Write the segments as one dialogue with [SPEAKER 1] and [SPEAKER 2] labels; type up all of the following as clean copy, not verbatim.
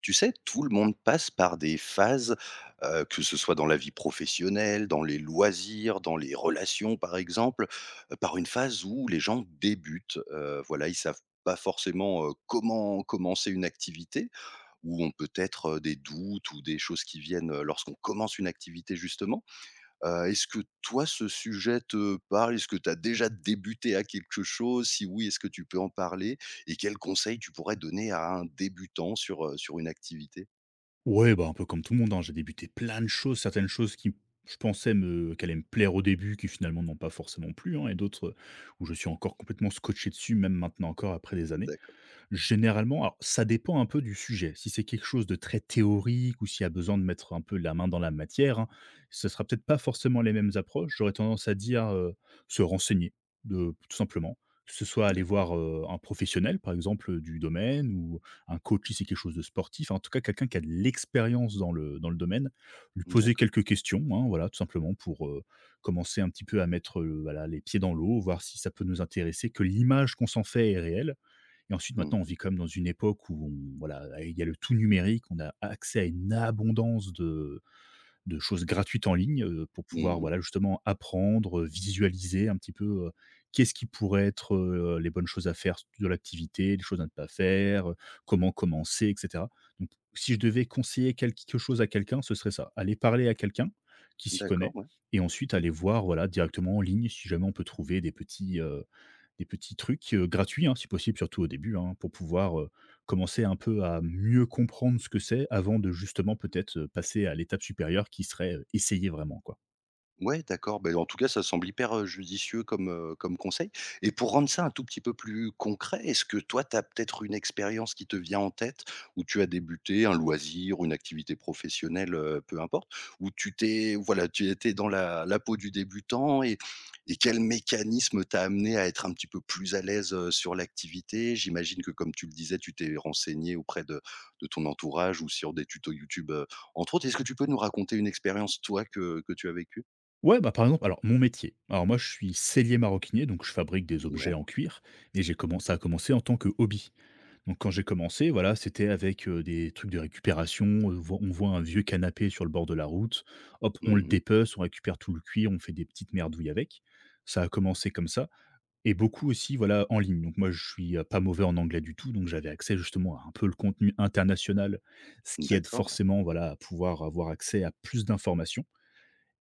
[SPEAKER 1] Tu sais, tout le monde passe par des phases, que ce soit dans la vie professionnelle, dans les loisirs, dans les relations par exemple, par une phase où les gens débutent. Voilà, ils savent pas forcément, comment commencer une activité, ou ont peut-être, des doutes ou des choses qui viennent, lorsqu'on commence une activité justement. Est-ce que toi ce sujet te parle? Est-ce que tu as déjà débuté à quelque chose? Si oui, est-ce que tu peux en parler? Et quels conseils tu pourrais donner à un débutant sur, sur une activité?
[SPEAKER 2] Ouais, bah, un peu comme tout le monde, hein, j'ai débuté plein de choses, certaines choses qui je pensais me qu'elles allaient me plaire au début, qui finalement n'ont pas forcément plu, hein, et d'autres, où je suis encore complètement scotché dessus, même maintenant encore après des années.
[SPEAKER 1] D'accord,
[SPEAKER 2] Généralement, alors ça dépend un peu du sujet. Si c'est quelque chose de très théorique ou s'il y a besoin de mettre un peu la main dans la matière, hein, ce sera peut-être pas forcément les mêmes approches. J'aurais tendance à dire, se renseigner, de tout simplement. Que ce soit aller
[SPEAKER 1] d'accord,
[SPEAKER 2] voir, un professionnel, par exemple, du domaine ou un coach si c'est quelque chose de sportif, en tout cas quelqu'un qui a de l'expérience dans le domaine. Lui poser
[SPEAKER 1] d'accord.
[SPEAKER 2] quelques questions, hein, voilà, tout simplement pour, commencer un petit peu à mettre, voilà, les pieds dans l'eau, voir si ça peut nous intéresser, que l'image qu'on s'en fait est réelle. Et ensuite, maintenant,
[SPEAKER 1] Mmh
[SPEAKER 2] on vit comme dans une époque où on voilà, il y a le tout numérique, on a accès à une abondance de choses gratuites en ligne, pour pouvoir,
[SPEAKER 1] mh.
[SPEAKER 2] voilà, justement apprendre, visualiser un petit peu, qu'est-ce qui pourrait être, les bonnes choses à faire de l'activité, les choses à ne pas faire, comment commencer et cetera. Donc si je devais conseiller quelque chose à quelqu'un, ce serait ça, aller parler à quelqu'un qui s'y
[SPEAKER 1] D'accord,
[SPEAKER 2] connaît
[SPEAKER 1] ouais.
[SPEAKER 2] et ensuite aller voir, voilà, directement en ligne si jamais on peut trouver des petits trucs, gratuits, hein, si possible, surtout au début, hein, pour pouvoir, commencer un peu à mieux comprendre ce que c'est avant de justement peut-être, passer à l'étape supérieure qui serait, essayer vraiment, quoi.
[SPEAKER 1] Ouais, d'accord, Ben en tout cas, ça semble hyper, judicieux comme, comme conseil et pour rendre ça un tout petit peu plus concret, est-ce que toi, tu as peut-être une expérience qui te vient en tête où tu as débuté un loisir, une activité professionnelle, peu importe, où tu t'es voilà, tu étais dans la peau du débutant et quel mécanisme t'a amené à être un petit peu plus à l'aise, sur l'activité? J'imagine que comme tu le disais, tu t'es renseigné auprès de ton entourage ou sur des tutos YouTube, entre autres. Est-ce que tu peux nous raconter une expérience toi que tu as vécue?
[SPEAKER 2] Ouais, bah, par exemple, alors mon métier, alors moi je suis sellier maroquinier, donc je fabrique des
[SPEAKER 1] Ouais.
[SPEAKER 2] objets en cuir et j'ai commencé à commencer en tant que hobby. Donc quand j'ai commencé, voilà, c'était avec, des trucs de récupération, voi on voit un vieux canapé sur le bord de la route, hop, on le
[SPEAKER 1] Mmh.
[SPEAKER 2] dépece, on récupère tout le cuir, on fait des petites merdouilles avec. Ça a commencé comme ça. Et beaucoup aussi, voilà, en ligne. Donc moi, je suis, pas mauvais en anglais du tout, donc j'avais accès justement à un peu le contenu international, ce qui aide
[SPEAKER 1] D'accord, ouais.
[SPEAKER 2] forcément, voilà, à pouvoir avoir accès à plus d'informations.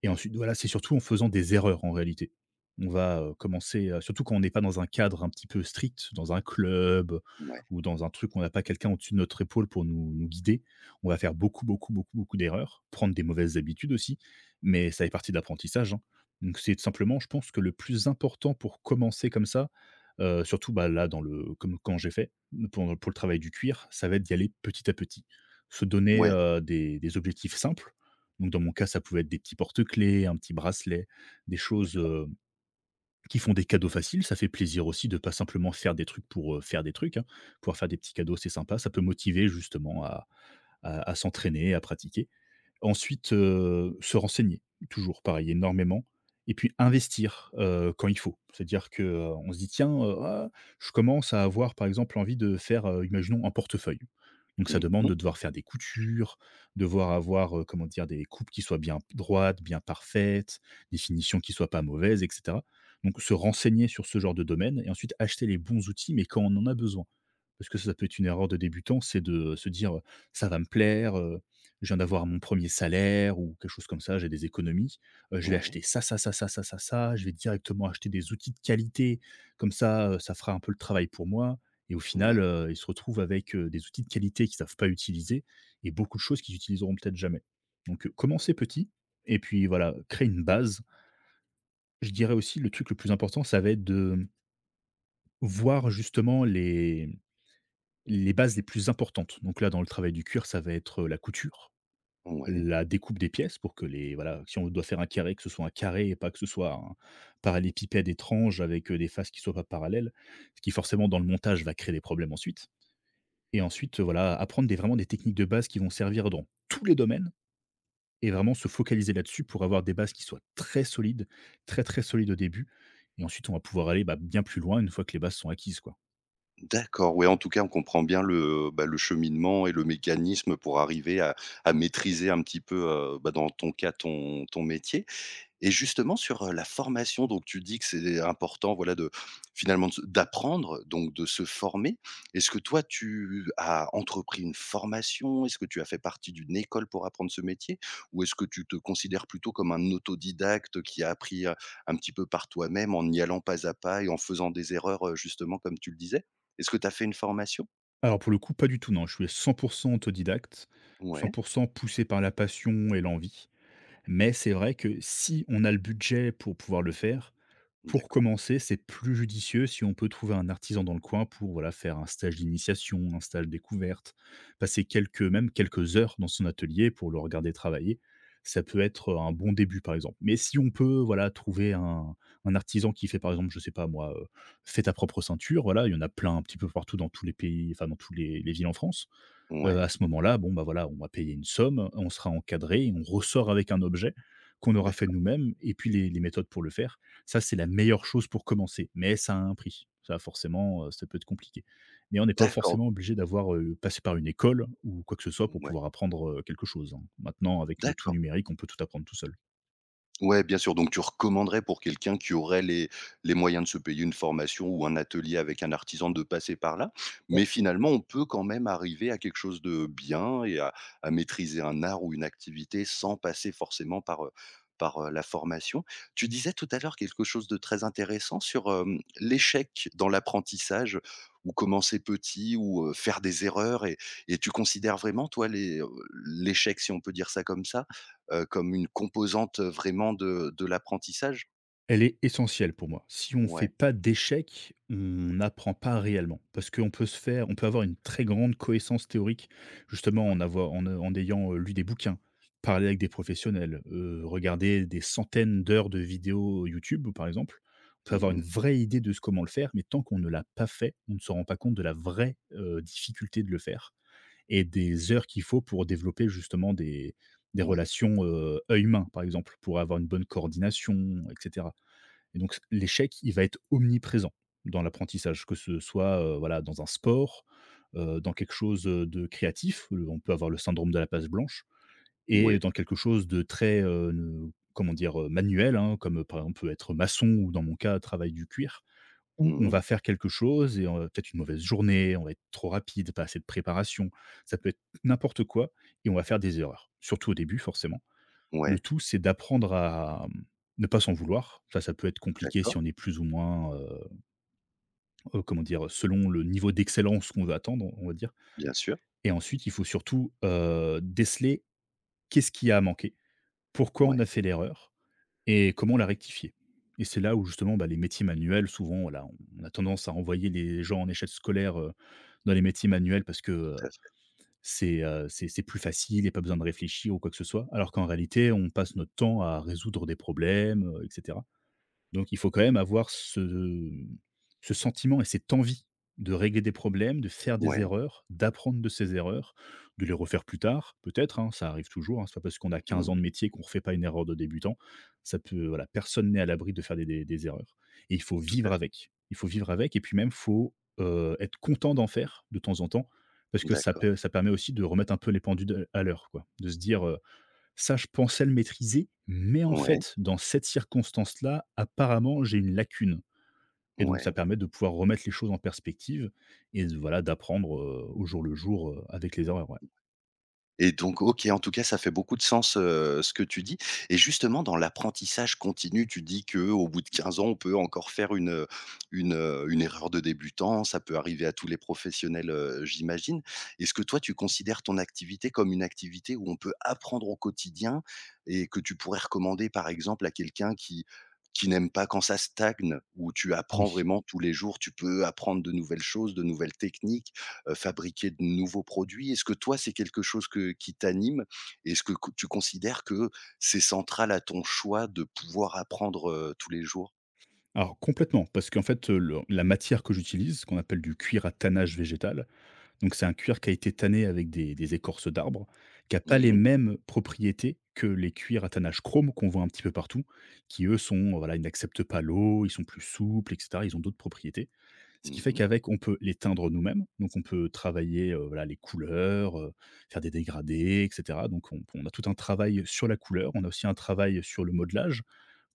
[SPEAKER 2] Et ensuite, voilà, c'est surtout en faisant des erreurs en réalité. On va, commencer, surtout quand on n'est pas dans un cadre un petit peu strict, dans un club
[SPEAKER 1] Ouais.
[SPEAKER 2] ou dans un truc où on n'a pas quelqu'un au-dessus de notre épaule pour nous guider. On va faire beaucoup, beaucoup, beaucoup, beaucoup d'erreurs, prendre des mauvaises habitudes aussi, mais ça fait partie de l'apprentissage, hein. Donc c'est tout simplement, je pense que le plus important pour commencer comme ça, surtout, bah, là dans le comme quand j'ai fait pour le travail du cuir, ça va être d'y aller petit à petit. Se donner,
[SPEAKER 1] Ouais,
[SPEAKER 2] des objectifs simples donc dans mon cas, ça pouvait être des petits porte-clés, un petit bracelet, des choses,
[SPEAKER 1] d'accord.
[SPEAKER 2] qui font des cadeaux faciles. Ça fait plaisir aussi de pas simplement faire des trucs pour, faire des trucs, hein. Pouvoir faire des petits cadeaux, c'est sympa. Ça peut motiver justement à à s'entraîner, à pratiquer. Ensuite, se renseigner, toujours pareil, énormément et puis investir, quand il faut. C'est-à-dire que, on se dit: «Tiens, ah, je commence à avoir par exemple envie de faire, imaginons un portefeuille». Donc ça demande
[SPEAKER 1] Mmh.
[SPEAKER 2] de devoir faire des coutures, devoir avoir, comment dire? Des coupes qui soient bien droites, bien parfaites, des finitions qui soient pas mauvaises et cetera. Donc se renseigner sur ce genre de domaine et ensuite acheter les bons outils, mais quand on en a besoin. Parce que ça peut être une erreur de débutant, c'est de se dire: ça va me plaire, je viens d'avoir mon premier salaire ou quelque chose comme ça, j'ai des économies, je vais
[SPEAKER 1] Ouais,
[SPEAKER 2] acheter ça, ça, ça, ça, ça, ça, ça, je vais directement acheter des outils de qualité comme ça, ça fera un peu le travail pour moi et au final,
[SPEAKER 1] ouais,
[SPEAKER 2] ils se retrouvent avec, des outils de qualité qu'ils ne savent pas utiliser et beaucoup de choses qu'ils utiliseront peut-être jamais. Donc, commencer petit et puis voilà, créer une base. Je dirais aussi le truc le plus important, ça va être de voir justement les bases les plus importantes. Donc là, dans le travail du cuir, ça va être la couture,
[SPEAKER 1] ouais.
[SPEAKER 2] la découpe des pièces pour que les voilà, si on doit faire un carré, que ce soit un carré et pas que ce soit un parallépipède étrange avec, des faces qui soient pas parallèles. Ce qui forcément dans le montage va créer des problèmes ensuite et ensuite, voilà, apprendre des vraiment des techniques de base qui vont servir dans tous les domaines et vraiment se focaliser là-dessus pour avoir des bases qui soient très solides, très, très solides au début et ensuite on va pouvoir aller, bah, bien plus loin une fois que les bases sont acquises, quoi.
[SPEAKER 1] D'accord, ouais, en tout cas, on comprend bien le, bah, le cheminement et le mécanisme pour arriver à maîtriser un petit peu, bah, dans ton cas, ton ton métier. Et justement sur, la formation, donc tu dis que c'est important, voilà, de finalement de se d'apprendre, donc de se former. Est-ce que toi tu as entrepris une formation? Est-ce que tu as fait partie d'une école pour apprendre ce métier? Ou est-ce que tu te considères plutôt comme un autodidacte qui a appris, un petit peu par toi-même en y allant pas à pas et en faisant des erreurs, justement comme tu le disais? Est-ce que tu as fait une formation?
[SPEAKER 2] Alors pour le coup, pas du tout non, je suis à 100 autodidacte,
[SPEAKER 1] Ouais,
[SPEAKER 2] 100 poussé par la passion et l'envie. Mais c'est vrai que si on a le budget pour pouvoir le faire, pour
[SPEAKER 1] d'accord.
[SPEAKER 2] commencer, c'est plus judicieux si on peut trouver un artisan dans le coin pour voilà, faire un stage d'initiation, un stage découverte, passer quelques, même quelques heures dans son atelier pour le regarder travailler. Ça peut être un bon début, par exemple. Mais si on peut voilà, trouver un artisan qui fait, par exemple, je sais pas moi, fais ta propre ceinture, voilà, il y en a plein un petit peu partout dans tous les pays, enfin dans toutes les villes en France.
[SPEAKER 1] Ouais,
[SPEAKER 2] À ce moment-là, bon, bah, voilà, on va payer une somme, on sera encadré et on ressort avec un objet qu'on aura fait
[SPEAKER 1] d'accord.
[SPEAKER 2] nous-mêmes et puis les méthodes pour le faire. Ça, c'est la meilleure chose pour commencer, mais ça a un prix. Ça, forcément, ça peut être compliqué. Mais on n'est pas
[SPEAKER 1] D'accord,
[SPEAKER 2] forcément obligé d'avoir, passé par une école ou quoi que ce soit pour
[SPEAKER 1] ouais,
[SPEAKER 2] pouvoir apprendre, quelque chose, hein. Maintenant, avec le tout
[SPEAKER 1] d'accord.
[SPEAKER 2] numérique, on peut tout apprendre tout seul.
[SPEAKER 1] Ouais, bien sûr, donc tu recommanderais pour quelqu'un qui aurait les moyens de se payer une formation ou un atelier avec un artisan de passer par là, mais finalement, on peut quand même arriver à quelque chose de bien et à maîtriser un art ou une activité sans passer forcément par, par, la formation. Tu disais tout à l'heure quelque chose de très intéressant sur, hem, l'échec dans l'apprentissage ou commencer petit ou, faire des erreurs et tu considères vraiment toi les, l'échec, si on peut dire ça, comme une composante, vraiment de l'apprentissage.
[SPEAKER 2] Elle est essentielle pour moi. Si on ne fait
[SPEAKER 1] Ouais,
[SPEAKER 2] pas d'échecs, on n'apprend pas réellement. Parce qu'on peut se faire on peut avoir une très grande connaissance théorique, justement
[SPEAKER 1] ouais.
[SPEAKER 2] en avoir en ayant, lu des bouquins, parlé avec des professionnels, regarder des centaines d'heures de vidéos YouTube, par exemple. On peut avoir une
[SPEAKER 1] Mmh.
[SPEAKER 2] vraie idée de ce comment le faire, mais tant qu'on ne l'a pas fait, on ne se rend pas compte de la vraie, difficulté de le faire et des heures qu'il faut pour développer justement des
[SPEAKER 1] Ouais,
[SPEAKER 2] relations, œil-main, par exemple, pour avoir une bonne coordination etc. Et donc l'échec, il va être omniprésent dans l'apprentissage, que ce soit, voilà, dans un sport, dans quelque chose de créatif, on peut avoir le syndrome de la passe blanche et
[SPEAKER 1] ouais.
[SPEAKER 2] dans quelque chose de très, ne comment dire? Manuel, hein, comme, par exemple, peut être maçon ou dans mon cas, travail du cuir, où on
[SPEAKER 1] Mmh.
[SPEAKER 2] va faire quelque chose et on va peut-être une mauvaise journée, on va être trop rapide, pas assez de préparation, ça peut être n'importe quoi et on va faire des erreurs, surtout au début forcément le
[SPEAKER 1] Ouais,
[SPEAKER 2] tout, c'est d'apprendre à, ne pas s'en vouloir. Ça peut être compliqué
[SPEAKER 1] d'accord,
[SPEAKER 2] si on est plus ou moins, comment dire? Selon le niveau d'excellence qu'on veut attendre, on va dire
[SPEAKER 1] bien sûr.
[SPEAKER 2] et ensuite, il faut surtout, déceler qu'est-ce qui a manqué? Pourquoi on
[SPEAKER 1] Ouais,
[SPEAKER 2] a fait l'erreur et comment la rectifier? Et c'est là où justement, bah, les métiers manuels, souvent, voilà, on a tendance à envoyer les gens en échec scolaire, dans les métiers manuels parce que, heu,
[SPEAKER 1] tout à fait.
[SPEAKER 2] c'est, heu, c'est c'est plus facile et pas besoin de réfléchir ou quoi que ce soit. Alors qu'en réalité, on passe notre temps à résoudre des problèmes, et cetera. Donc il faut quand même avoir ce sentiment et cette envie de régler des problèmes, de faire des
[SPEAKER 1] Ouais.
[SPEAKER 2] erreurs, d'apprendre de ces erreurs, de les refaire plus tard, peut-être, hein, ça arrive toujours, hein. C'est pas parce qu'on a 15 ans
[SPEAKER 1] Mmh.
[SPEAKER 2] de métier qu'on refait pas une erreur de débutant. Ça peut voilà, personne n'est à l'abri de faire des erreurs et il faut
[SPEAKER 1] Tout à
[SPEAKER 2] vivre
[SPEAKER 1] fait.
[SPEAKER 2] avec. Il faut vivre avec et puis même faut, être content d'en faire de temps en temps parce que
[SPEAKER 1] D'accord.
[SPEAKER 2] ça permet aussi de remettre un peu les pendules à l'heure quoi. De se dire, ça, je pensais le maîtriser, mais en
[SPEAKER 1] Ouais,
[SPEAKER 2] fait, dans cette circonstance-là, apparemment, j'ai une lacune. Et donc, ça
[SPEAKER 1] ouais.
[SPEAKER 2] permet de pouvoir remettre les choses en perspective et voilà, d'apprendre au jour le jour avec les erreurs. Ouais.
[SPEAKER 1] Et donc OK, en tout cas, ça fait beaucoup de sens, ce que tu dis et justement dans l'apprentissage continu, tu dis que au bout de 15 ans, on peut encore faire une erreur de débutant. Ça peut arriver à tous les professionnels, j'imagine. Est-ce que toi, tu considères ton activité comme une activité où on peut apprendre au quotidien et que tu pourrais recommander, par exemple, à quelqu'un qui n'aime pas quand ça stagne, où tu apprends
[SPEAKER 2] Oui.
[SPEAKER 1] vraiment tous les jours, tu peux apprendre de nouvelles choses, de nouvelles techniques? Fabriquer de nouveaux produits? Est-ce que toi, c'est quelque chose que qui t'anime? Est-ce que co tu considères que c'est central à ton choix de pouvoir apprendre, tous les jours?
[SPEAKER 2] Alors complètement, parce qu'en fait, la matière que j'utilise, ce qu'on appelle du cuir à tannage végétal, donc c'est un cuir qui a été tanné avec des écorces d'arbres, qui n'a pas les
[SPEAKER 1] Mmh mh.
[SPEAKER 2] mêmes propriétés que les cuirs à tannage chrome qu'on voit un petit peu partout, qui eux sont, voilà, ils n'acceptent pas l'eau, ils sont plus souples, etc. Ils ont d'autres propriétés. Ce qui fait
[SPEAKER 1] Mmh.
[SPEAKER 2] qu'avec, on peut les teindre nous-mêmes. Donc, on peut travailler, voilà, les couleurs, faire des dégradés, et cetera. Donc, on a tout un travail sur la couleur. On a aussi un travail sur le modelage.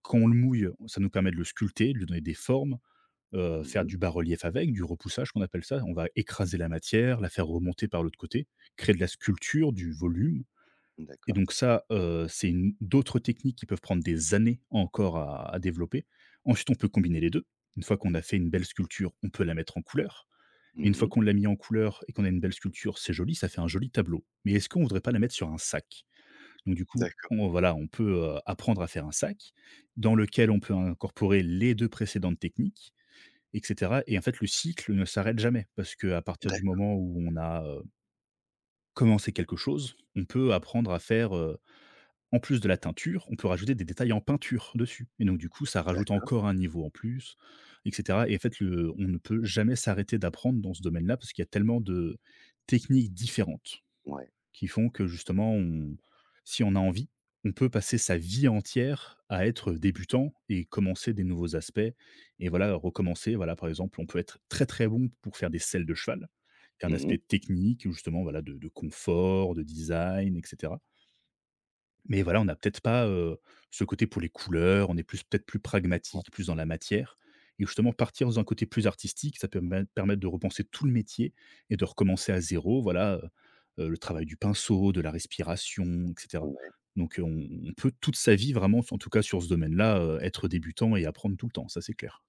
[SPEAKER 2] Quand on le mouille, ça nous permet de le sculpter, de lui donner des formes, faire
[SPEAKER 1] Mmh.
[SPEAKER 2] du bas-relief avec, du repoussage qu'on appelle ça. On va écraser la matière, la faire remonter par l'autre côté, créer de la sculpture, du volume. Et
[SPEAKER 1] D'accord.
[SPEAKER 2] donc ça, c'est une d'autres techniques qui peuvent prendre des années encore à développer. Ensuite, on peut combiner les 2. Une fois qu'on a fait une belle sculpture, on peut la mettre en couleur. Mais une fois
[SPEAKER 1] Mmh.
[SPEAKER 2] qu'on l'a mis en couleur et qu'on a une belle sculpture, c'est joli, ça fait un joli tableau. Mais est-ce qu'on voudrait pas la mettre sur un sac? Donc du coup,
[SPEAKER 1] D'accord.
[SPEAKER 2] on voilà, on peut, apprendre à faire un sac dans lequel on peut incorporer les 2 précédentes techniques et cetera. Et en fait, le cycle ne s'arrête jamais parce qu'à partir du
[SPEAKER 1] D'ac
[SPEAKER 2] moment où on a, commencé quelque chose, on peut apprendre à faire, en plus de la teinture, on peut rajouter des détails en peinture dessus et donc du coup, ça rajoute
[SPEAKER 1] d'accord.
[SPEAKER 2] encore un niveau en plus et cetera. Et en fait, le on ne peut jamais s'arrêter d'apprendre dans ce domaine-là parce qu'il y a tellement de techniques différentes
[SPEAKER 1] Ouais.
[SPEAKER 2] qui font que justement on si on a envie, on peut passer sa vie entière à être débutant et commencer des nouveaux aspects et voilà, recommencer. Voilà, par exemple, on peut être très, très bon pour faire des selles de cheval. Il y a un
[SPEAKER 1] Mmh.
[SPEAKER 2] aspect technique justement, voilà, de confort, de design et cetera, mais voilà, on n'a peut-être pas, ce côté pour les couleurs, on est plus peut-être plus
[SPEAKER 1] Ouais.
[SPEAKER 2] pragmatique, plus dans la matière et justement partir dans un côté plus artistique, ça peut me permettre de repenser tout le métier et de recommencer à zéro. Voilà, le travail du pinceau, de la respiration et cetera.
[SPEAKER 1] Ouais.
[SPEAKER 2] Donc, on peut toute sa vie vraiment, en tout cas sur ce domaine-là, être débutant et apprendre tout le temps, ça c'est clair.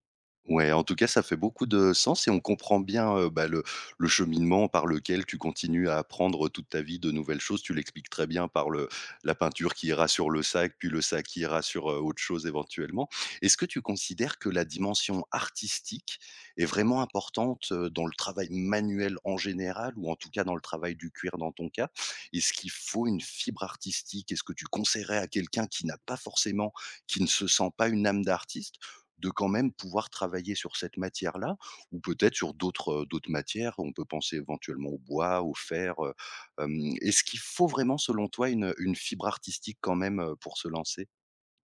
[SPEAKER 1] Ouais, en tout cas, ça fait beaucoup de sens et on comprend bien, bah, le cheminement par lequel tu continues à apprendre toute ta vie de nouvelles choses. Tu l'expliques très bien par le la peinture qui ira sur le sac, puis le sac qui ira sur, autre chose éventuellement. Est-ce que tu considères que la dimension artistique est vraiment importante, dans le travail manuel en général ou en tout cas dans le travail du cuir dans ton cas? Est-ce qu'il faut une fibre artistique? Est-ce que tu conseillerais à quelqu'un qui n'a pas forcément qui ne se sent pas une âme d'artiste de quand même pouvoir travailler sur cette matière-là ou peut-être sur d'autres, d'autres matières. On peut penser éventuellement au bois, au fer, hem, est-ce qu'il faut vraiment selon toi une fibre artistique quand même, pour se lancer?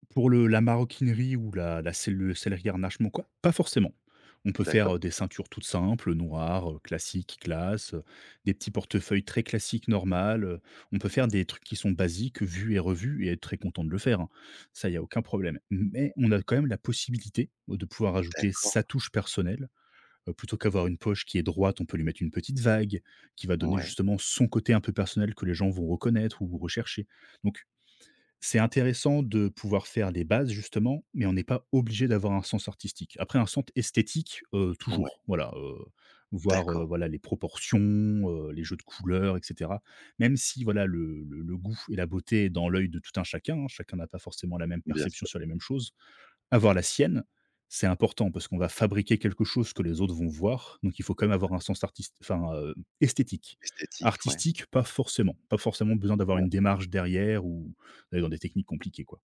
[SPEAKER 2] Pour le la maroquinerie ou la selle le sellerie harnache quoi? Pas forcément. On peut
[SPEAKER 1] D'accord.
[SPEAKER 2] faire, des ceintures toutes simples, noires, classiques, classe, des petits portefeuilles très classiques, normales, on peut faire
[SPEAKER 1] Ouais,
[SPEAKER 2] des trucs qui sont basiques, vus et revus et être très content de le faire, hein. Ça, il y a aucun problème. Mais on a quand même la possibilité de pouvoir ajouter
[SPEAKER 1] d'accord.
[SPEAKER 2] sa touche personnelle, plutôt qu'avoir une poche qui est droite, on peut lui mettre une petite vague qui va donner
[SPEAKER 1] Ouais,
[SPEAKER 2] justement son côté un peu personnel que les gens vont reconnaître ou rechercher. Donc c'est intéressant de pouvoir faire les bases justement, mais on n'est pas obligé d'avoir un sens artistique. Après un sens esthétique,
[SPEAKER 1] ouais,
[SPEAKER 2] toujours, voilà, voir,
[SPEAKER 1] d'accord.
[SPEAKER 2] voilà les proportions, les jeux de couleurs et cetera. Même si voilà le goût et la beauté est dans l'œil de tout un chacun, hein, chacun n'a pas forcément la même
[SPEAKER 1] Bien
[SPEAKER 2] perception
[SPEAKER 1] sûr.
[SPEAKER 2] sur les mêmes choses. Avoir la sienne, c'est important parce qu'on va fabriquer quelque chose que les autres vont voir, donc il faut quand même avoir un sens artiste, enfin, esthétique.
[SPEAKER 1] Esthétique, ouais.
[SPEAKER 2] Artistique, pas forcément. Pas forcément besoin d'avoir
[SPEAKER 1] Ouais.
[SPEAKER 2] une démarche derrière ou d'aller dans des techniques compliquées, quoi.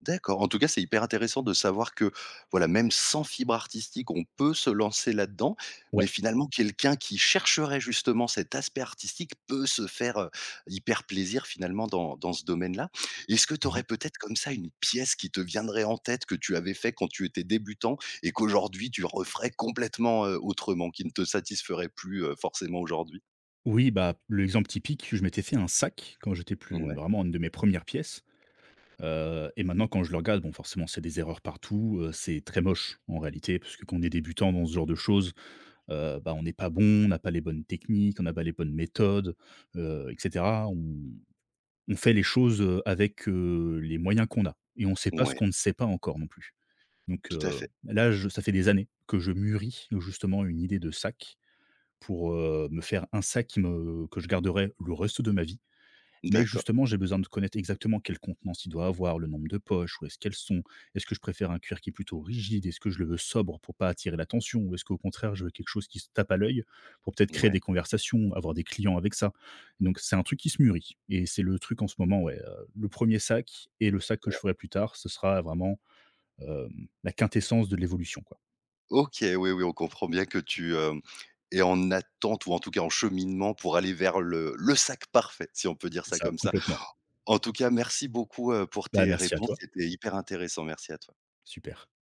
[SPEAKER 1] D'accord. En tout cas, c'est hyper intéressant de savoir que, voilà, même sans fibre artistique, on peut se lancer là-dedans. Mais
[SPEAKER 2] Ouais.
[SPEAKER 1] finalement, quelqu'un qui chercherait justement cet aspect artistique peut se faire, hyper plaisir finalement dans dans ce domaine-là. Est-ce que tu aurais
[SPEAKER 2] Mmh.
[SPEAKER 1] peut-être comme ça une pièce qui te viendrait en tête que tu avais fait quand tu étais débutant et qu'aujourd'hui tu referais complètement, autrement, qui ne te satisferait plus, forcément aujourd'hui?
[SPEAKER 2] Oui, bah, l'exemple typique, je m'étais fait un sac quand j'étais plus
[SPEAKER 1] Ouais,
[SPEAKER 2] vraiment une de mes premières pièces, et maintenant quand je le regarde, bon, forcément, c'est des erreurs partout, c'est très moche en réalité, parce que quand on est débutant dans ce genre de choses. Bah, on n'est pas bon, on n'a pas les bonnes techniques, on n'a pas les bonnes méthodes, et cetera. On fait les choses, avec, les moyens qu'on a et on ne sait pas ce
[SPEAKER 1] ouais,
[SPEAKER 2] qu'on ne sait pas encore non plus. Donc
[SPEAKER 1] tout à fait.
[SPEAKER 2] là, je ça fait des années que je mûris justement une idée de sac pour, me faire un sac qui me que je garderai le reste de ma vie. Mais
[SPEAKER 1] D'accord,
[SPEAKER 2] justement, j'ai besoin de connaître exactement quelle contenance il doit avoir, le nombre de poches, où est-ce qu'elles sont, est-ce que je préfère un cuir qui est plutôt rigide, est-ce que je le veux sobre pour pas attirer l'attention, ou est-ce qu'au contraire je veux quelque chose qui se tape à l'œil pour peut-être créer
[SPEAKER 1] ouais.
[SPEAKER 2] des conversations, avoir des clients avec ça. Donc c'est un truc qui se mûrit et c'est le truc en ce moment, ouais, le premier sac et le sac que je ferai plus tard, ce sera vraiment, la quintessence de l'évolution, quoi.
[SPEAKER 1] OK, oui, oui, on comprend bien que tu, hem, es en attente ou en tout cas en cheminement pour aller vers le sac parfait, si on peut dire ça
[SPEAKER 2] C'est ça,
[SPEAKER 1] comme ça.
[SPEAKER 2] complètement.
[SPEAKER 1] En tout cas, merci beaucoup, pour
[SPEAKER 2] Bah,
[SPEAKER 1] tes
[SPEAKER 2] merci à
[SPEAKER 1] réponses,
[SPEAKER 2] toi,
[SPEAKER 1] c'était hyper intéressant. Merci à toi.
[SPEAKER 2] super.